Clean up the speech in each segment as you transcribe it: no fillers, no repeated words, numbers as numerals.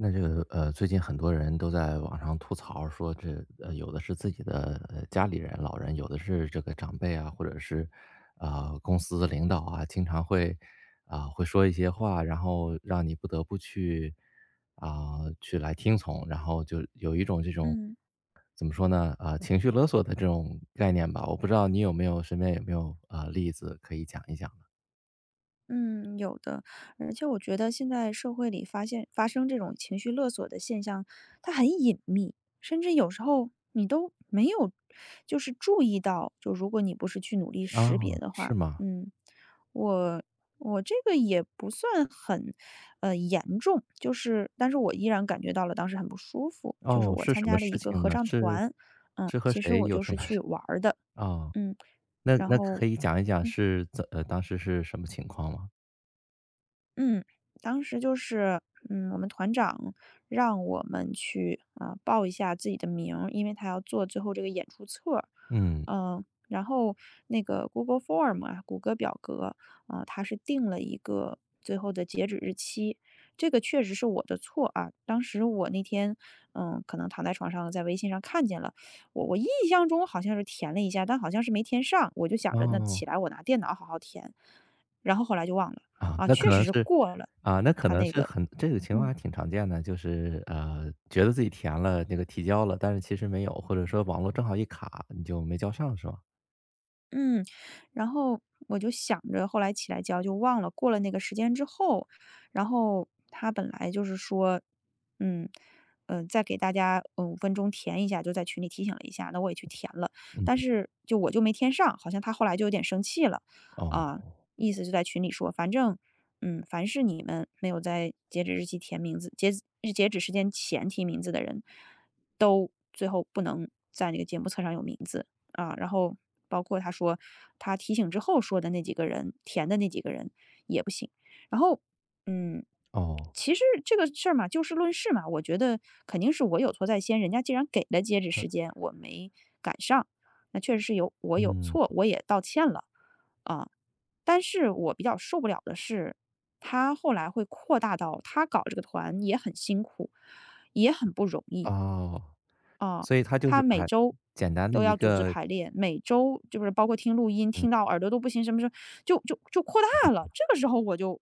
那这个最近很多人都在网上吐槽说有的是自己的家里人、老人，有的是这个长辈啊，或者是公司的领导啊，经常会说一些话，然后让你不得不去来听从，然后就有一种这种嗯怎么说呢情绪勒索的这种概念吧。我不知道你有没有身边有没有例子可以讲一讲嗯，有的，而且我觉得现在社会里发生这种情绪勒索的现象，它很隐秘，甚至有时候你都没有，就是注意到，就如果你不是去努力的识别啊、的是话，吗？我我这个也不算很，严重，就是，但是我依然感觉到了当时很不舒服，就是哦，我是参什加么了事一个情合呢？唱是团。嗯，是和其实谁我有就什是么去事。玩儿的。哦，嗯，那然那后。可以讲一讲嗯是怎呃，当时是什么情况吗？嗯，当时就是，嗯，我们团长让我们去报一下自己的名儿，因为他要做最后这个演出册。嗯。然后那个 Google Form, 啊，谷歌表格，啊、他是定了一个最后的截止日期，这个确实是我的错啊。当时我那天，嗯，可能躺在床上，在微信上看见了，我印象中好像是填了一下，但好像是没填上，我就想着那哦。起来我拿电脑好好填，然后后来就忘了。啊，啊，那确可实能是是过了。啊，那可他能那是个很这个情况嗯。还挺常见的，就是觉得自己填了那个提交了，但是其实没有，或者说网络正好一卡，你就没交上是吗？嗯，然后我就想着后来起来交就忘了，过了那个时间之后，然后他本来就是说，嗯，嗯,再给大家五分钟填一下，就在群里提醒了一下，那我也去填了，嗯。但是我就没填上，好像他后来就有点生气了。哦。啊、意思就在群里说，反正，嗯，凡是你们没有在截止日期填名字、截止时间前提名字的人，都最后不能在那个节目册上有名字。啊，然后包括他说他提醒之后说的那几个人，填的那几个人也不行。然后，嗯，哦。其实这个事儿嘛，就事论事嘛，我觉得肯定是我有错在先，人家既然给了截止时间，我没赶上，那确实是我有嗯。错，我也道歉了啊。但是我比较受不了的是，他后来会扩大到他搞这个团也很辛苦，也很不容易。哦。啊，所以他就是他每把周简单的都一要组织个。排练，每周就是包括听录音，嗯。听到耳朵都不行，什么什么，就扩大了。这个时候我就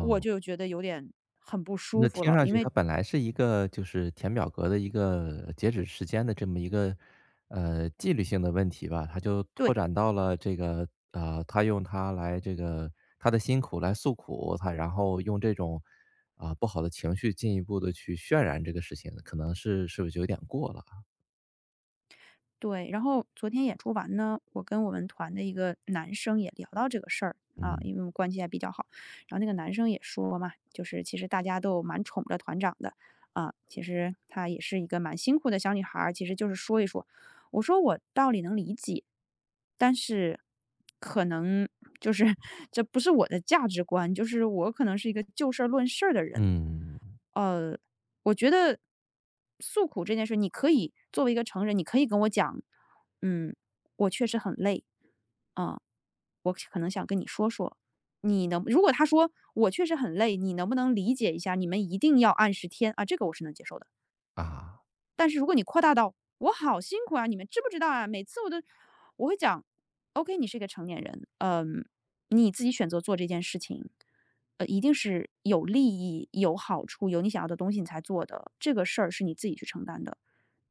我就觉得有点很不舒那服听了，上因去为它本来是一个就是填表格的一个截止时间的这么一个纪律性的问题吧，它就对。拓展到了这个，他用他的辛苦来诉苦，他然后用这种，啊，不好的情绪进一步的去渲染这个事情，可能是不是就有点过了啊。对，然后昨天演出完呢，我跟我们团的一个男生也聊到这个事儿啊，嗯。因为我们关系还比较好。然后那个男生也说嘛，就是其实大家都蛮宠着团长的啊，其实她也是一个蛮辛苦的小女孩儿，其实就是说一说。我说我道理能理解，但是可能就是 这不是我的价值观，就是我可能是一个就事儿论事儿的人。嗯。呃，我觉得诉苦这件事，你可以作为一个成人，你可以跟我讲，嗯，我确实很累，啊、我可能想跟你说说，你能如果他说我确实很累，你能不能理解一下？你们一定要按时添啊，这个我是能接受的。啊。但是如果你扩大到我好辛苦啊，你们知不知道啊？每次我都我会讲，OK,你是一个成年人，嗯，你自己选择做这件事情。一定是有利益、有好处、有你想要的东西你才做的，这个事儿是你自己去承担的，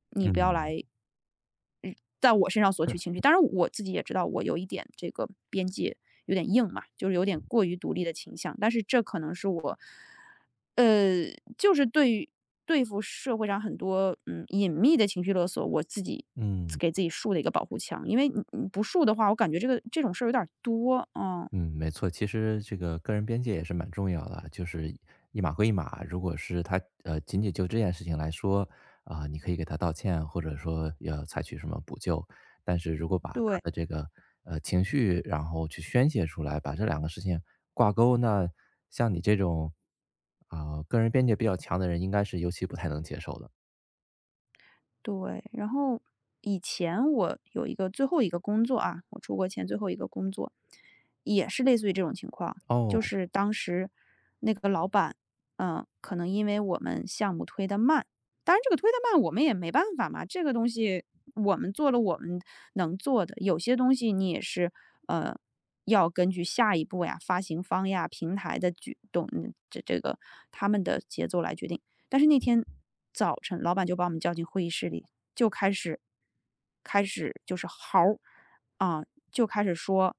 你不要嗯。来在我身上索取情绪。当然，我自己也知道我有一点这个边界有点硬嘛，就是有点过于独立的倾向，但是这可能是我，呃，就是对付社会上很多嗯隐秘的情绪勒索，我自己嗯。给自己竖的一个保护墙，因为你不竖的话，我感觉这个这种事儿有点儿多啊。嗯，嗯，没错，其实这个个人边界也是蛮重要的啊，就是一码归一码。如果是他仅仅就这件事情来说，啊、你可以给他道歉，或者说要采取什么补救。但是如果把他对。的这个情绪，然后去宣泄出来，把这两个事情挂钩，那像你这种啊、个人边界比较强的人，应该是尤其不太能接受的。对，然后以前我有一个最后一个工作啊，我出国前最后一个工作，也是类似于这种情况，就哦。是当时那个老板，可能因为我们项目推得慢，当然这个推得慢我们也没办法嘛，这个东西我们做了我们能做的，有些东西你也是，呃要根据下一步呀、发行方呀、平台的举动，这个他们的节奏来决定。但是那天早晨，老板就把我们叫进会议室里，就开始就是嚎，啊、呃就开始说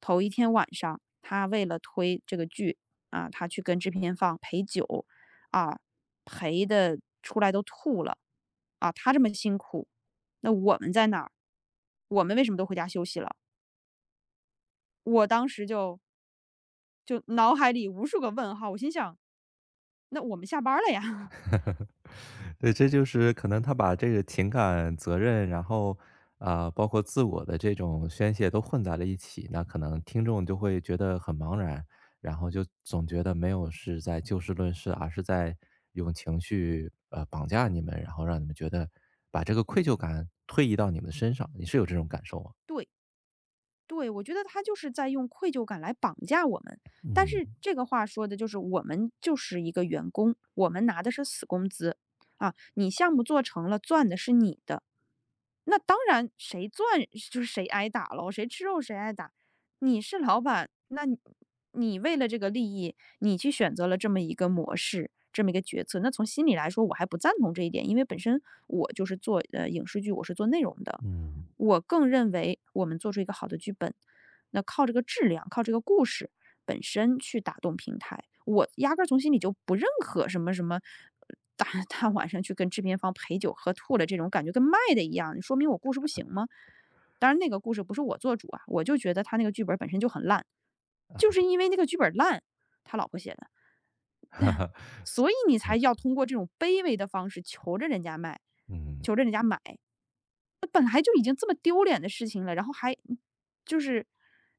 头一天晚上他为了推这个剧，他去跟制片方陪酒，啊，呃陪的出来都吐了，他这么辛苦，那我们在哪儿？我们为什么都回家休息了？我当时就脑海里无数个问号，我心想，那我们下班了呀？对，这就是可能他把这个情感责任，然后包括自我的这种宣泄都混在了一起，那可能听众就会觉得很茫然，然后就总觉得没有是在就事论事，而是在用情绪绑架你们，然后让你们觉得把这个愧疚感推移到你们身上，你是有这种感受 吗？对。对，我觉得他就是在用愧疚感来绑架我们。但是嗯。这个话说的就是我们就是一个员工，我们拿的是死工资啊，你项目做成了，赚的是你的。那当然谁赚就是谁挨打喽，谁吃肉谁挨打。你是老板，那你为了这个利益，你去选择了这么一个模式，这么一个决策。那从心里来说，我还不赞同这一点，因为本身我就是做影视剧，我是做内容的，嗯。 我更认为我们做出一个好的剧本，那靠这个质量，靠这个故事本身去打动平台。我压根儿从心里就不认可什么什么，大大晚上去跟制片方陪酒喝吐了这种感觉，跟卖的一样，你说明我故事不行吗？当然，那个故事不是我做主啊，我就觉得他那个剧本本身就很烂，就是因为那个剧本烂，他老婆写的。所以你才要通过这种卑微的方式求着人家卖，嗯。求着人家买，还就已经这么丢脸的事情了，然后还就是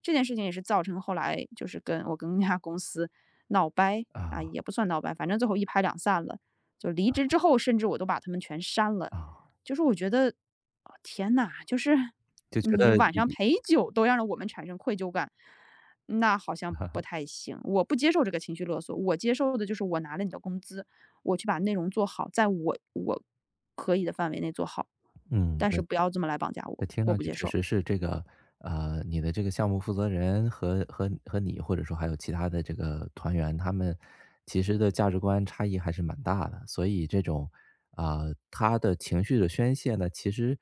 这件事情也是造成后来就是我跟那家公司闹掰啊，啊。也不算闹掰，反正最后一拍两散了。就离职之后，甚至我都把他们全删了。啊，就是我觉得，哦天呐，就是就觉你得晚上一陪酒都让我们产生愧疚感，那好像不太行。我不接受这个情绪勒索，我接受的就是我拿了你的工资，我去把内容做好，在我可以的范围内做好，嗯。但是不要这么来绑架我，那听我上不去接确受。实是这个，呃，你的这个项目负责人和你，或者说还有其他的这个团员，他们其实的价值观差异还是蛮大的。所以这种，啊、他的情绪的宣泄呢，其实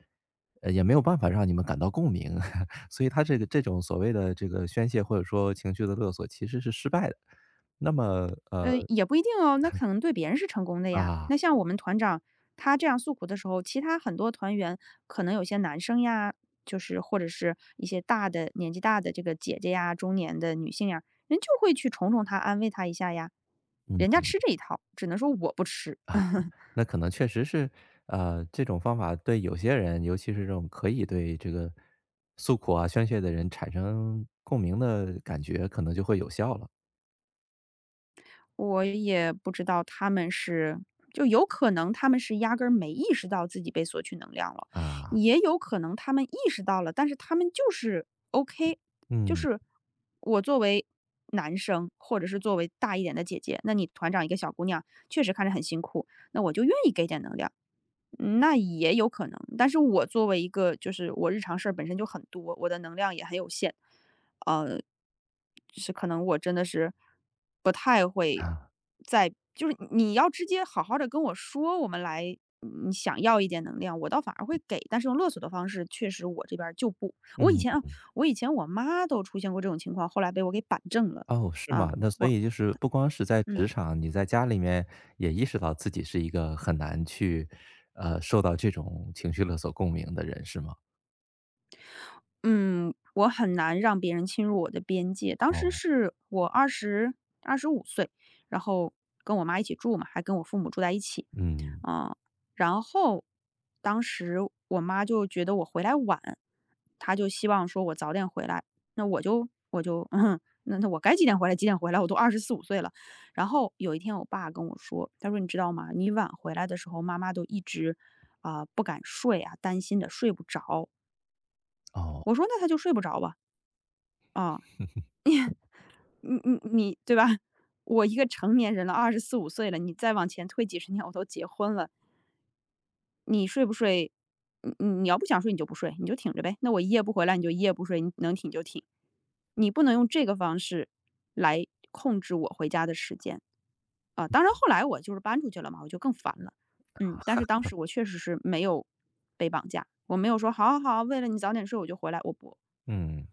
也没有办法让你们感到共鸣，所以他这个这种所谓的这个宣泄或者说情绪的勒索，其实是失败的。那么，呃，也不一定哦，那可能对别人是成功的呀。啊。那像我们团长他这样诉苦的时候，其他很多团员可能有些男生呀，就是或者是一些大的年纪大的这个姐姐呀、中年的女性呀，人就会去宠宠他、安慰他一下呀。人家嗯。吃这一套，只能说我不吃。啊。那可能确实是，呃，这种方法对有些人，尤其是这种可以对这个诉苦啊、宣泄的人产生共鸣的感觉，可能就会有效了。我也不知道他们是就有可能他们是压根儿没意识到自己被索取能量了，啊。也有可能他们意识到了，但是他们就是 OK,就嗯。是我作为男生，或者是作为大一点的姐姐，那你团长一个小姑娘，确实看着很辛苦，那我就愿意给点能量，嗯那也有可能。但是我作为一个，就是我日常事儿本身就很多，我的能量也很有限。呃，是可能我真的是，啊。就是你要直接好好的跟我说，我们来你想要一点能量，我倒反而会给，但是用勒索的方式，确实我这边儿就不，我以嗯。前啊，我以前我妈都出现过这种情况，后来被我给板正了。哦，是啊，吗？那所我以就是不光是在嗯。职场，你在家里面也意识到自己是一个很难去，呃，受到这种情绪勒索共鸣的人，是吗？嗯，我很难让别人侵入我的边界。当时哦。是我25岁，然后跟我妈一起住嘛，还跟我父母住在一起。嗯。啊，然后当时我妈就觉得我回来晚，她就希望说我早点回来。那我就 嗯，那我该几点回来几点回来，我都二十四五岁了。然后有一天我爸跟我说，他说：“你知道吗？你晚回来的时候，妈妈都一直，啊，不敢睡啊，担心的睡不着。”哦。我说：“那他就睡不着吧。”啊，你对吧？我一个成年人了二十四五岁了，你再往前推几十年，我都结婚了。你睡不睡，你要不想睡你就不睡，你就挺着呗，那我一夜不回来你就一夜不睡，你能挺就挺。你不能用这个方式来控制我回家的时间。当然，后来我就是搬出去了嘛，我就更烦了。嗯，但是当时我确实是没有被绑架，我没有说好好好，为了你早点睡我就回来，我不，嗯。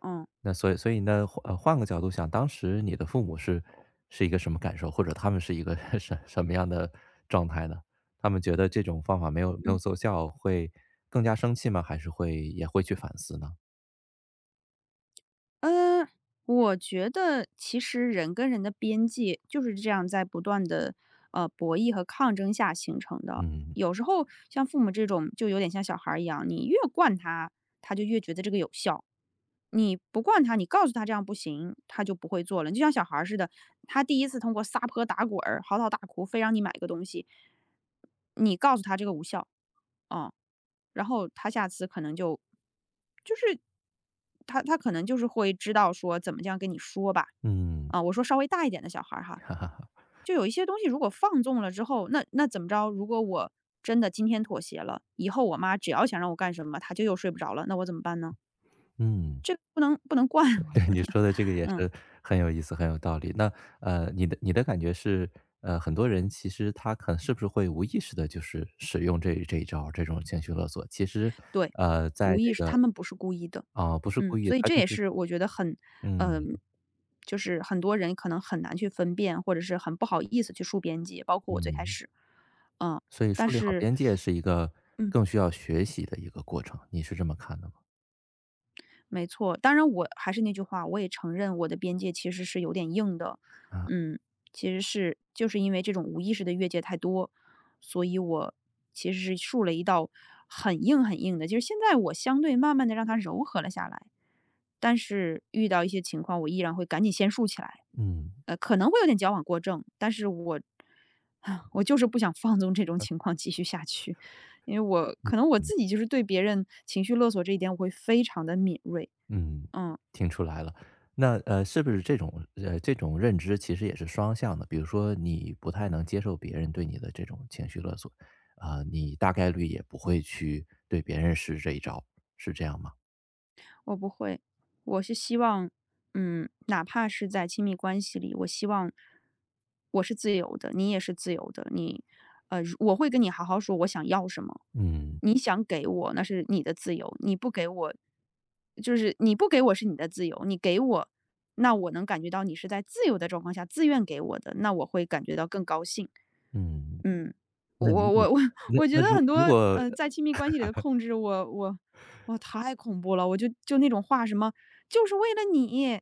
嗯那所以呢，换个角度想，当时你的父母是是一个什么感受？或者他们是一个 什么样的状态呢？他们觉得这种方法没有嗯。奏效，会更加生气吗？还是会也会去反思呢？嗯，我觉得其实人跟人的边界就是这样在不断的博弈和抗争下形成的。嗯。有时候像父母这种，就有点像小孩儿一样，你越惯他，他就越觉得这个有效；你不惯他，你告诉他这样不行，他就不会做了。就像小孩儿似的，他第一次通过撒泼打滚儿、嚎啕大哭，非让你买个东西，你告诉他这个无效，啊、然后他下次可能就是他可能就是会知道说怎么这样跟你说吧。嗯。啊，我说稍微大一点的小孩儿哈，哈哈哈。就有一些东西如果放纵了之后，那那怎么着？如果我真的今天妥协了，以后我妈只要想让我干什么，她就又睡不着了，那我怎么办呢？嗯。这个不能不能惯，我觉对你得，说的这个也嗯。是很有意思，很有道理。那你的感觉是，很多人其实他可能是不是会无意识的，就是使用这一招这种情绪勒索？其实，对，呃，在无意这识，个他们不是故意的。不是嗯，故意的，所以他这就也是是我觉得很，嗯。嗯、就是很多人可能很难去分辨，或者是很不好意思去竖边界，包括我最开嗯，始。嗯，所以但树立好是，边界是一个嗯，更需要学习的一个过程，你是这么看的吗？没错，当然我还是那句话，我也承认我的边界其实是有点硬的。啊。嗯，其实是就是因为这种无意识的越界太多，所以我其实是竖了一道很硬很硬的，就是现在我相对慢慢的让它柔和了下来，但是遇到一些情况，我依然会赶紧先竖起来。嗯。可能会有点矫枉过正，但是我，啊，我就是不想放纵这种情况继续下去，因为我可能我嗯。自己就是对别人情绪勒索这一点，我会非常的敏锐。嗯，嗯，听出来了。那是不是这种这种认知其实也是双向的？比如说你不太能接受别人对你的这种情绪勒索，啊、你大概率也不会去对别人使这一招，是这样吗？我不会，我是希望，嗯，哪怕是在亲密关系里，我希望我是自由的，你也是自由的。你，呃，如我会跟你好好说我想要什么，嗯。你想给我那是你的自由，你不给我，就是你不给我是你的自由，你给我，那我能感觉到你是在自由的状况下自愿给我的，那我会感觉到更高兴。嗯。嗯。我那如果我我那我觉那得如很如多果在亲密关系里的控制，我太恐怖了！我就那种话，什么就是为了你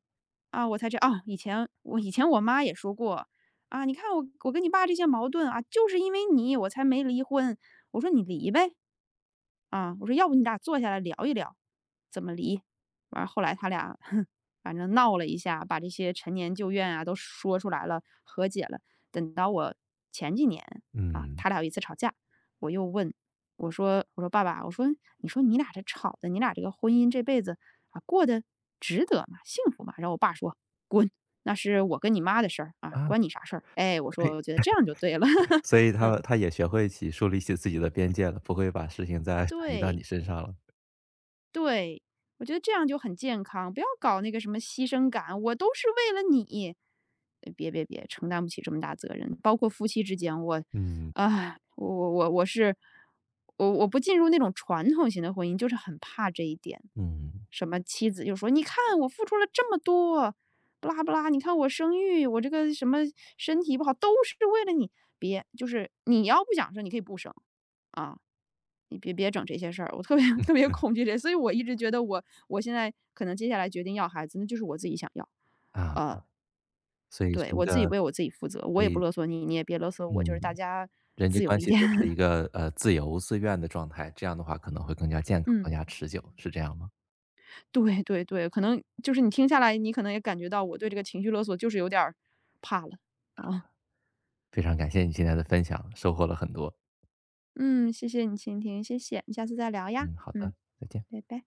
啊，我才这啊。以前我妈也说过啊，你看我跟你爸这些矛盾啊，就是因为你我才没离婚。我说你离呗啊，我说要不你俩坐下来聊一聊，怎么离？完后来他俩 反正闹了一下，把这些陈年旧怨啊都说出来了，和解了。等到我前几年，啊，嗯。他俩有一次吵架，我又问我说：“我说爸爸，我说你说你俩这吵的，你俩这个婚姻这辈子啊，过得值得吗？幸福吗？”然后我爸说：“滚，那是我跟你妈的事儿啊，啊，关你啥事儿？”哎，我说我觉得这样就对了。所 以他也学会起树立起自己的边界了，不会把事情再转移到对，你身上了。对，我觉得这样就很健康，不要搞那个什么牺牲感，我都是为了你。别别别，承担不起这么大责任，包括夫妻之间，我，嗯。啊，我是，我不进入那种传统型的婚姻，就是很怕这一点。嗯。什么妻子就说：“你看我付出了这么多，不拉不拉，你看我生育，我这个什么身体不好，都是为了你。”别，就是你要不想生，你可以不生，你别整这些事儿，我特别特别恐惧这，所以我一直觉得我现在可能接下来决定要孩子，那就是我自己想要。啊，啊、呃所以对是一我自己个为我自己负责，我所也不以。勒索你，你也别勒索我，就是大嗯。家人际自由关一系点。都是一 个，自由自愿的状态，这样的话可能会更加健康、嗯，更加持久，是这样吗？对对对，可能就是你听下来，你可能也感觉到我对这个情绪勒索就是有点儿怕了啊。哦非常感谢你今天的分享，收获了很多。嗯，谢谢你倾听，谢谢，下次再聊呀。嗯，好嗯，的，再见。拜拜。